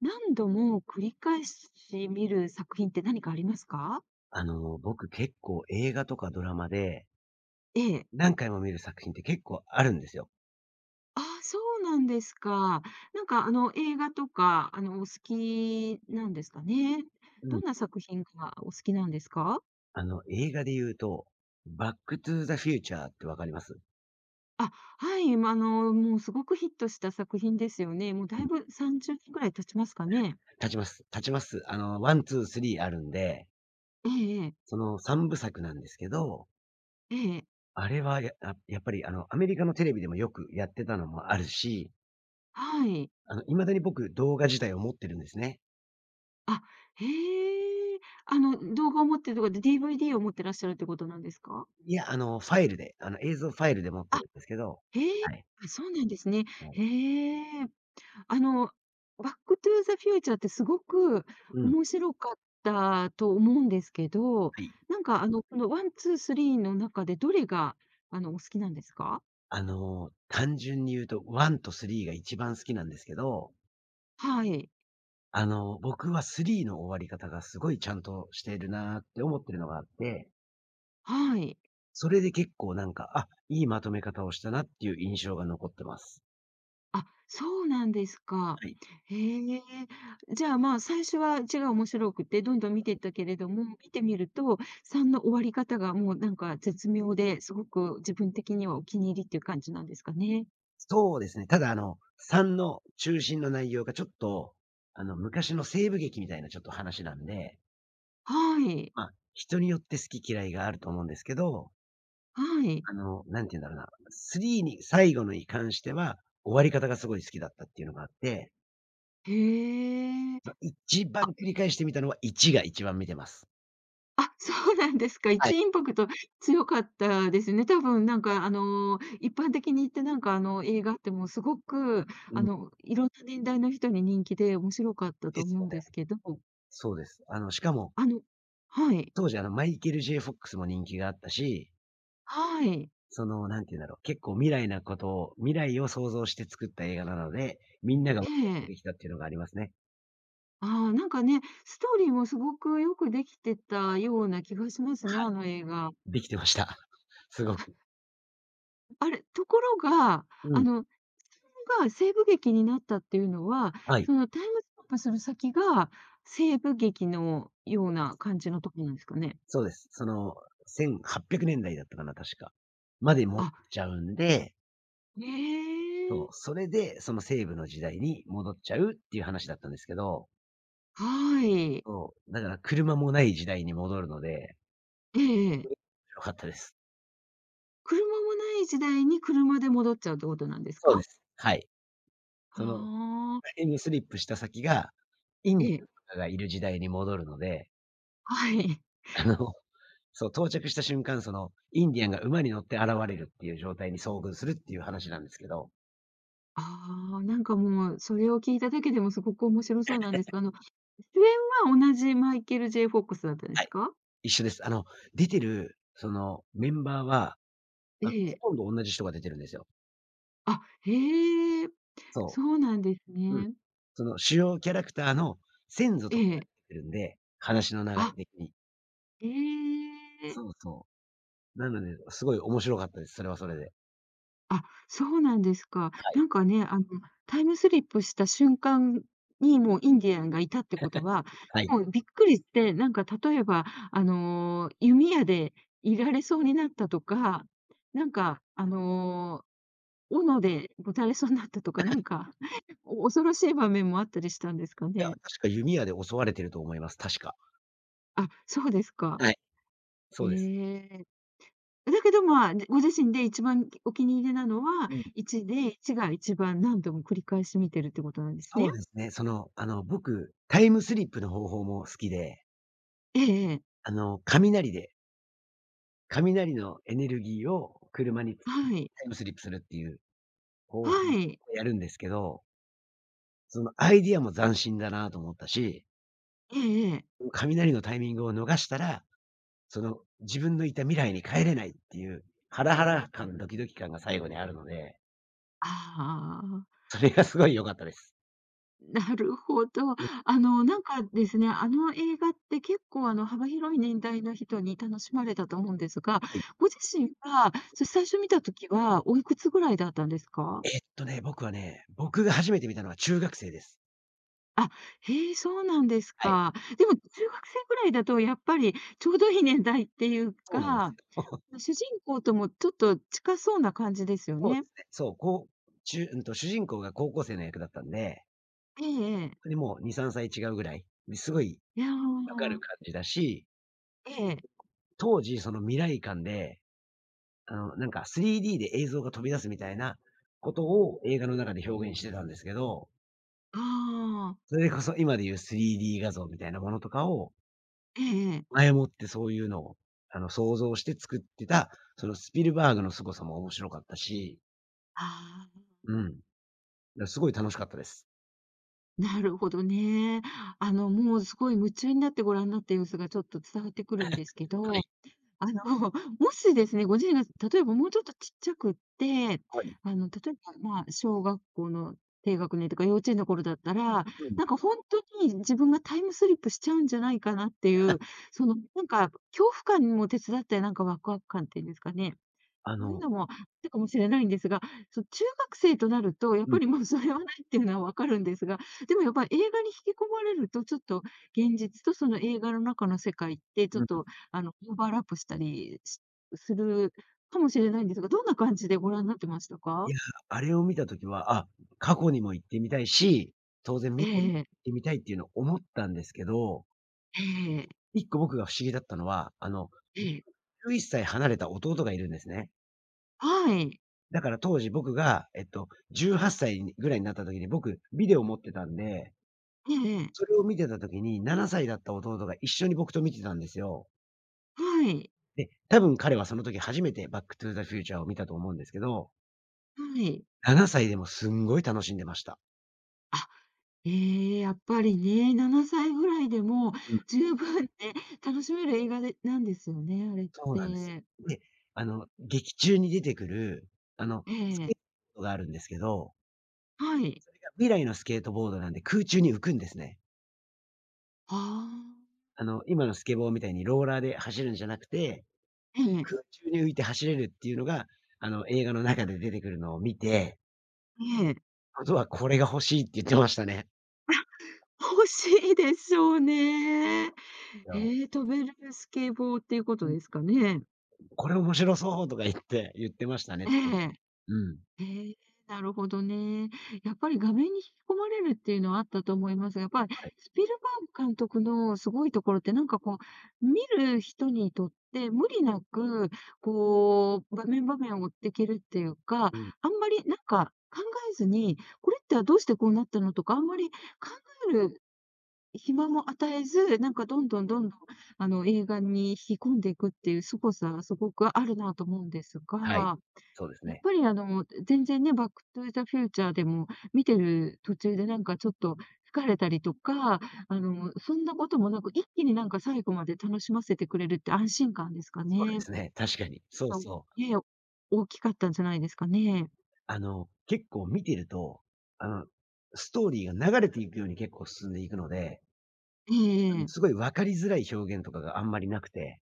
何度も繰り返し見る作品って何かありますか？僕結構映画とかドラマで、ええ。何回も見る作品って結構あるんですよ。ああ、そうなんですか。映画とか、お好きなんですかね？うどん。んな作品がお好きなんですか？映画で言うと、バックトゥーザフューチャーってわかります？あ、はい、もうすごくヒットした作品ですよね。もううだん。いぶ30年ぐらい経ちますかね？立ちます。立ちます。ワン、ツー、スリーあるんで、ええええ。その三部作なんですけど、ええ。あれはや、あやっぱりアメリカのテレビでもよくやってたのもあるし、はい。未だに僕動画自体を持ってるんですね。あ、へえ。あの、動画を持ってるとかで DVD を持ってらっしゃるってことなんですか？いや、ファイルで、映像ファイルで持ってあ、るんですけど、へえ、はい。あ、そうなんですね。はい、へえ。あの、バックトゥーザフューチャーってすごくうん。面白かったと思うんですけど、はい。このワンツースリーの中でどれが、お好きなんですか？単純に言うと1と3が一番好きなんですけど、はい、僕は3の終わり方がすごいちゃんとしているなって思ってるのがあって、はい。それで結構なんか、あ、いいまとめ方をしたなっていう印象が残ってます。あ、そうなんですか。はい。へえ。じゃあ、まあ、最初は面白くて、どんどん見ていったけれども、見てみると、3の終わり方がもうなんか絶妙で、すごく自分的にはお気に入りっていう感じなんですかね？そうですね。ただ3の中心の内容がちょっと、昔の西部劇みたいなちょっと話なんで、はい、まあ、人によって好き嫌いがあると思うんですけど、はい。なんて言うんだろうな、3に最後のに関しては、終わり方がすごい好きだったっていうのがあって、へえ。その一番あ、繰り返してみたのは1が一番見てます。あ、そうなんですか。はい。インパクト強かったですね。多分なんかあの、一般的に言って映画ってもうすごくうあん。の、いろんな年代の人に人気で面白かったとです思うよんね。ですけど、そうです。しかも、あのはい、当時マイケル・ J・ フォックスも人気があったし、はい、その、なんて言うんだろう、結構未来を想像して作った映画なので、みんながワえクワクえ。できたっていうのがありますね。ああ、なんかね、ストーリーもすごくよくできてたような気がしますね、あの映画。できてました。すごく。あれ、ところが、うあん。の西部劇になったっていうのは、はい。そのタイムスリップする先が、西部劇のような感じのとこなんですかね？そうです。その、1800年代だいだったかな、確か。まで持っあ、ちゃうんで、そえう、え。それで、その西部の時代に戻っちゃうっていう話だったんですけど、はい。そう、だから車もない時代に戻るので、えええそれえ。面白かったです。車もない時代に車で戻っちゃうってことなんですそうでか？す。はい。はその、あ。タイムスリップした先が、インえディアえ、ンとかがいる時代に戻るので、はい。あの、そう、到着した瞬間、その、インディアンが馬に乗って現れるっていう状態に遭遇するっていう話なんですけど、ああ、なんかもう、それを聞いただけでもすごく面白そうなんですが、主演は同じマイケル・ジェイ・フォックスだったんではすい。か？一緒です。出てる、その、メンバーは、えあ、ほえ。とんど同じ人が出てるんですよ。あ、へえ、そそうなんですう。うん。ね。その主要キャラクターの先祖えとかが出てえ。くるんで、話の流れあ的に。ええ。そうそう。なので、すごい面白かったです。それはそれで。あ、そうなんですか。はい。タイムスリップした瞬間に、もうインディアンがいたってことは、はい。もうびっくりして、なんか例えば、弓矢でいられそうになったとか、なんか、あの、斧で撃たれそうになったとか、なんか、お恐ろしい場面もあったりしたんですかいや、ね？確か弓矢で襲われてると思います。確か。あ、そうですか。はい。へそうです。え。だけど、まあ、ご自身で一番お気に入りなのは、うん。1で、1が一番何度も繰り返し見てるってことなんですそね。うですね。その、僕、タイムスリップの方法も好きで、ええええ。雷で、雷のエネルギーを車にタはい。イムスリップするっていうは方法をい。やるんですけど、そのアイディアも斬新だなと思ったし、ええええ。雷のタイミングを逃したら、その、自分のいた未来に帰れないっていう、ハラハラ感、ドキドキ感が最後にあるので、ああ、それがすごい良かったです。なるほど。うん、あの、なんかですね、あの映画って結構、幅広い年代の人に楽しまれたと思うんですが、はい。ご自身は、それ最初見た時はおいくつぐらいだったんですか？僕はね、僕が初めて見たのは中学生です。あ、へえ、そうなんですはい。か。でも中学生ぐらいだとやっぱりちょうどいい年代っていうそうなんですか、よ。主人公ともちょっと近そうな感じですよそうでね。すね。そう、こう、中うんと、主人公が高校生の役だったんで、ええええ。で、もう2、3歳違うぐらい、すごいいや分かるあ、感じだし、ええ、当時その未来感でなんか 3D で映像が飛び出すみたいなことを映画の中で表現してたんですけど、ああ、それこそ今で言う 3D 画像みたいなものとかを、ええええ。前もってそういうのを、想像して作ってた、そのスピルバーグの凄さも面白かったし、ああ、うん。すごい楽しかったです。なるほどね。あの、もうすごい夢中になってご覧になっている様子がちょっと伝わってくるんですけはどい。あの、もしですね、ご自身が例えばもうちょっとちっちゃくって、はい。例えば、まあ、小学校の低学年とか幼稚園の頃だったら、うん。なんか本当に自分がタイムスリップしちゃうんじゃないかなっていう、その、なんか恐怖感も手伝って、なんかワクワク感っていうんですかね。あそういうののもあったかもしれないんですが、そう、中学生となると、やっうん、ぱりもうそれはないっていうのはわかるんですが、でもやっぱり映画に引き込まれると、ちょっと現実とその映画の中の世界って、ちょうっん。とオーバーラップしたりするかもしれないんですが、どんな感じでご覧になってましたいか？や、あれを見た時は、あ、過去にも行ってみたいし、当然え未来に行えええ。ってみたいっていうのを思ったんですけど、ええ、一個僕が不思議だったのは、ええ。11歳離れた弟がいるんですね。はい。だから当時僕が、18歳にぐらいになった時に、僕、ビデオ持ってたんで、ええそれを見てた時に、7歳だった弟が一緒に僕と見てたんですよ。はいええで、多分彼はその時初めてバックトゥーザフューチャーを見たと思うんですけど、はい。7歳でもすんごい楽しんでました。あええ、やっぱりね、7歳ぐらいでもうん、十分ね、楽しめる映画でなんですよね、あれっそうなんですて。よ。で、劇中に出てくる、えスケーえ、トボードがあるんですけど、はい。未来のスケートボードなんで空中に浮くんですね。ああ、今のスケボーみたいにローラーで走るんじゃなくて、ええ、空中に浮いて走れるっていうのが、映画の中で出てくるのを見て、ええ。あとはこれが欲しいって言ってましたね。欲しいでしょうね。えいや、うえ、飛べるスケボーっていうことん、ですかね？これ面白そうとか言って、言ってましたね、え当時。え。うん。ええ、なるほどね。やっぱり画面に引き込まれるっていうのはあったと思いますが、やっぱりスピルバーグ監督のすごいところって、なんかこう、見る人にとって無理なく、こう、場面場面を追っていけるっていうか、うん。あんまりなんか考えずに、これってどうしてこうなったのとか、あんまり考える暇も与えず、なんかどんどんどんどん、映画に引き込んでいくっていう凄さ、すごくあるなと思うんですはい。が、そうですやっね。ぱりあの、全然ね、バックトゥーザフューチャーでも見てる途中でなんかちょっと疲れたりとか、そんなこともなく、一気になんか最後まで楽しませてくれるって安心感ですかそうね。ですね、確かに。そうあ、そう。ええ、大きかったんじゃないですかね。結構見てると、あの、ストーリーが流れていくように結構進んでいくので、ええええ。すごい分かりづらい表現とかがあんまりなくて、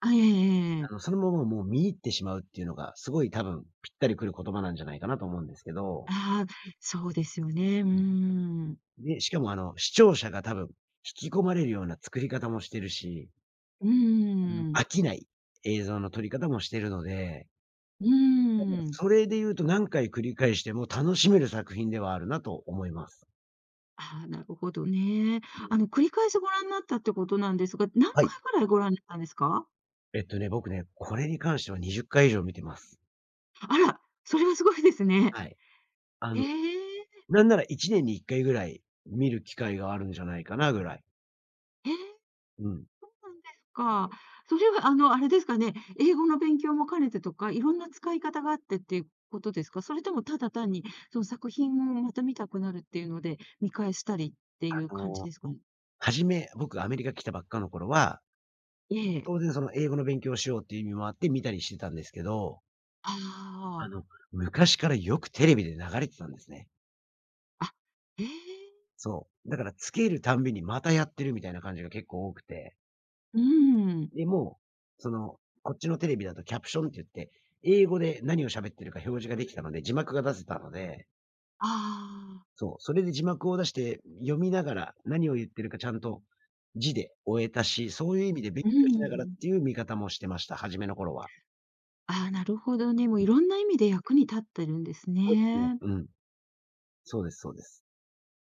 あ、ええええ。そのままもう見入ってしまうっていうのが、すごい多分ぴったりくる言葉なんじゃないかなと思うんですけど。ああ、そうですよね。うーうん。ん。ね、しかも視聴者が多分、引き込まれるような作り方もしてるし、うーん。飽きない映像の撮り方もしてるので、うーん。それで言うと何回繰り返しても楽しめる作品ではあるなと思います。ああ、なるほどね。うん。あの、繰り返しご覧になったってことなんですが、何は回い。ぐらいご覧になったんですか？これに関しては20回以上見てます。あら、それはすごいですね。はい。あえの、え、なんなら1年に1回ぐらい見る機会があるんじゃないかなぐらい。ええ、うん。そうなんですか。それはあの、あれですかね、英語の勉強も兼ねてとか、いろんな使い方があってっていうことですか？それともただ単に、その作品をまた見たくなるっていうので、見返したりっていうあ感じの、ですかね？初め、僕アメリカ来たばっかの頃は、ええ。当然その英語の勉強をしようっていう意味もあって見たりしてたんですけど、あああ、の、昔からよくテレビで流れてたんですね。あ、ええ、そう。だからつけるたんびにまたやってるみたいな感じが結構多くて。うーん。で、もう、その、こっちのテレビだとキャプションって言って、英語で何を喋ってるか表示ができたので、字幕が出せたので、ああ、そう、それで字幕を出して読みながら何を言ってるかちゃんと字で追えたし、そういう意味で勉うー強しながらっん。ていう見方もしてました、初めの頃は。ああ、なるほどね。もういろんな意味で役に立ってるんですそうですね。ね。うん。そうですそうです。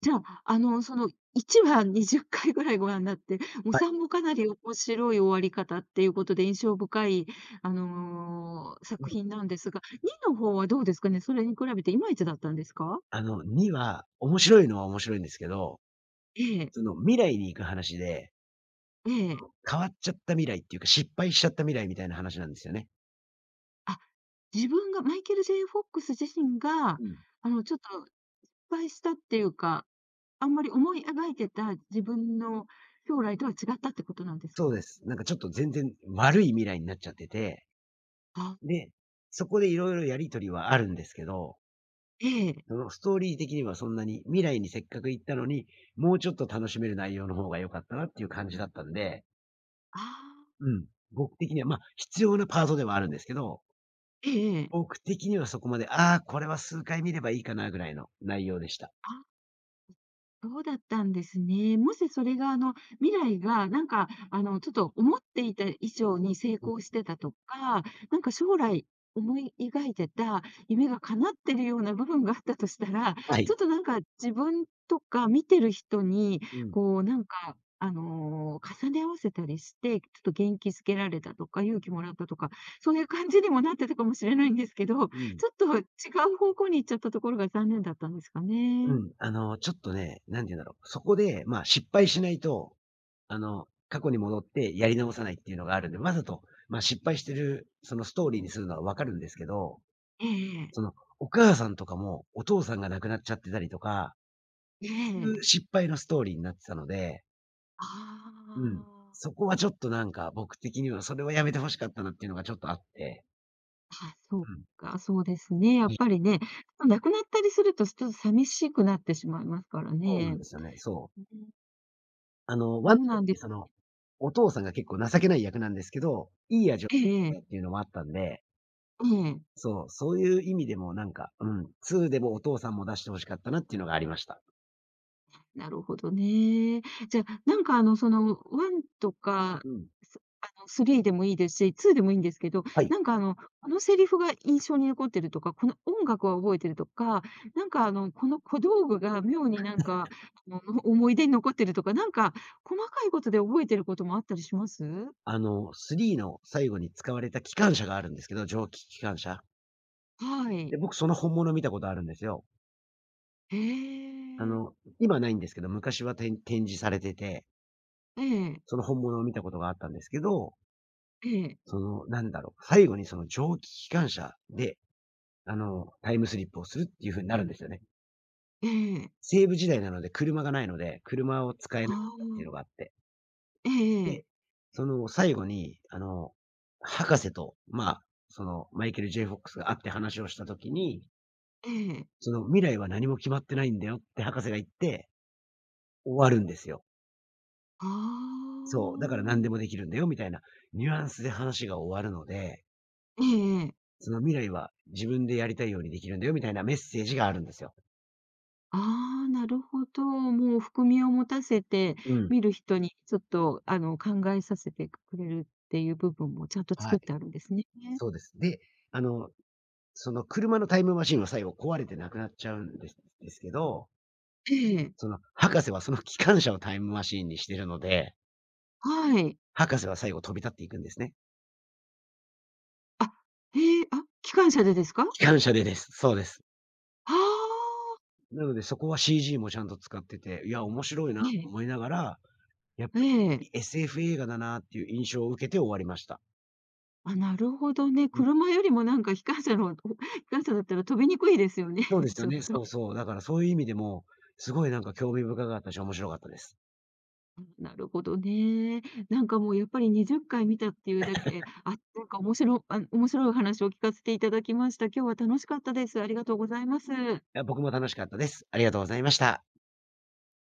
じゃあ、1は20回ぐらいご覧になって、もうは3い。もかなり面白い終わり方っていうことで印象深い、うん。作品なんですが、2の方はどうですかね？それに比べていまいちだったんですか？2は面白いのは面白いんですけど、ええ、その未来に行く話で、ええ。変わっちゃった未来っていうか、失敗しちゃった未来みたいな話なんですよね。あ、自分がマイケル・ジェイ・フォックス自身が、うん。ちょっと失敗したっていうか、あんまり思い描いてた自分の将来とは違ったってことなんですそうでか？す。なんかちょっと全然悪い未来になっちゃってて、あ、で、そこでいろいろやりとりはあるんですけど、ええ。そのストーリー的にはそんなに、未来にせっかく行ったのに、もうちょっと楽しめる内容の方が良かったなっていう感じだったんで、ああ、うん、僕的には、まあ、必要なパートではあるんですけど、ええええ。僕的にはそこまで、ああ、これは数回見ればいいかなぐらいの内容でした。あ。そうだったんですね。もしそれが、未来が、ちょっと思っていた以上に成うん。功してたとか、なんか将来思い描いてた夢が叶ってるような部分があったとしたら、はちい。ょっとなんか自分とか見てる人に、うん。こう、なんか、重ね合わせたりして、ちょっと元気づけられたとか、勇気もらったとか、そういう感じにもなってたかもしれないんですけど、ょっうん。と違う方向に行っちゃったところが残念だったんですかうね。ん、ちょっとね、なんて言うんだろう。そこで、まあ、失敗しないと、過去に戻ってやり直さないっていうのがあるんで、わざと、まあ、失敗してる、そのストーリーにするのはわかるんですけど、ええその、お母さんとかも、お父さんが亡くなっちゃってたりとか、えいうえ。失敗のストーリーになってたので、あうん。あ。そこはちょっとなんか、僕的にはそれはやめて欲しかったなっていうのがちょっとあって、あ、そううん。か、そうですね、やっいや、ぱりね、亡くなったりすると、ちょっと寂しくなってしまいますからそうなんね。ですよね。そうう。ん。あの、そワンうなんで時その、お父さんが結構情けない役なんですけど、いい味をえええ出してたっえ。ていうのもあったんで、ええ。そう、そういう意味でもなんか、うん、2でもお父さんも出して欲しかったなっていうのがありました。なるほどね。じゃあ、1とか、うん。すあの、3でもいいですし、2でもいいんですけど、はい。このセリフが印象に残ってるとか、この音楽は覚えてるとか、この小道具が妙になんか、思い出に残ってるとか、なんか細かいことで覚えてることもあったりします？3の最後に使われた機関車があるんですけど、蒸気機関車。はで、い。僕その本物見たことあるんですよ。へあえ。の、今ないんですけど、昔は展示されてて、ええ、その本物を見たことがあったんですけど、ええ、その、なんだろう、最後にその蒸気機関車でタイムスリップをするっていう風になるんですよね。ええ。西部時代なので車がないので、車を使えあなかったっていうのがあ。あって。えええで、え、その最後に、博士と、まあ、そのマイケル・ J. フォックスが会って話をした時に、ええ。その未来は何も決まってないんだよって博士が言って終わるんですよ。あそう、だから何であ。もできるんだよみたいなニュアンスで話が終わるので、ええええああええその未来は自分でやりたいようにできるんだよみたいなメッセージがあるんですよ。ああ、なるほど。もう含みを持たせて、うん。見る人にちょっと、考えさせてくれるっていう部分もちゃんとはい。作ってあるんですね。そうです。で、あのその車のタイムマシンは最後壊れてなくなっちゃうんですけど、ええ、その博士はその機関車をタイムマシンにしてるので、はい。博士は最後飛び立っていくんですね。あ、へえ、あ、機関車でですか？機関車でです。そうです。ああなのでそこは CG もちゃんと使ってて、いや、面白いなー、とええ、思いながら、やっぱええ。り SF 映画だなっていう印象を受けて終わりました。あ、なるほどね。うん、車よりもなんか機関車の機関車だったら飛びにくいですよね、そうで すよちょっね。そと。うそう。だからそういう意味でも、すごいなんか興味深かったし、面白かったです。なるほどね。なんかもうやっぱり20回見たっていうだけ、あ、なんか面白あ、面白いお話を聞かせていただきました。今日は楽しかったです。ありがとうございます。いや、僕も楽しかったです。ありがとうございました。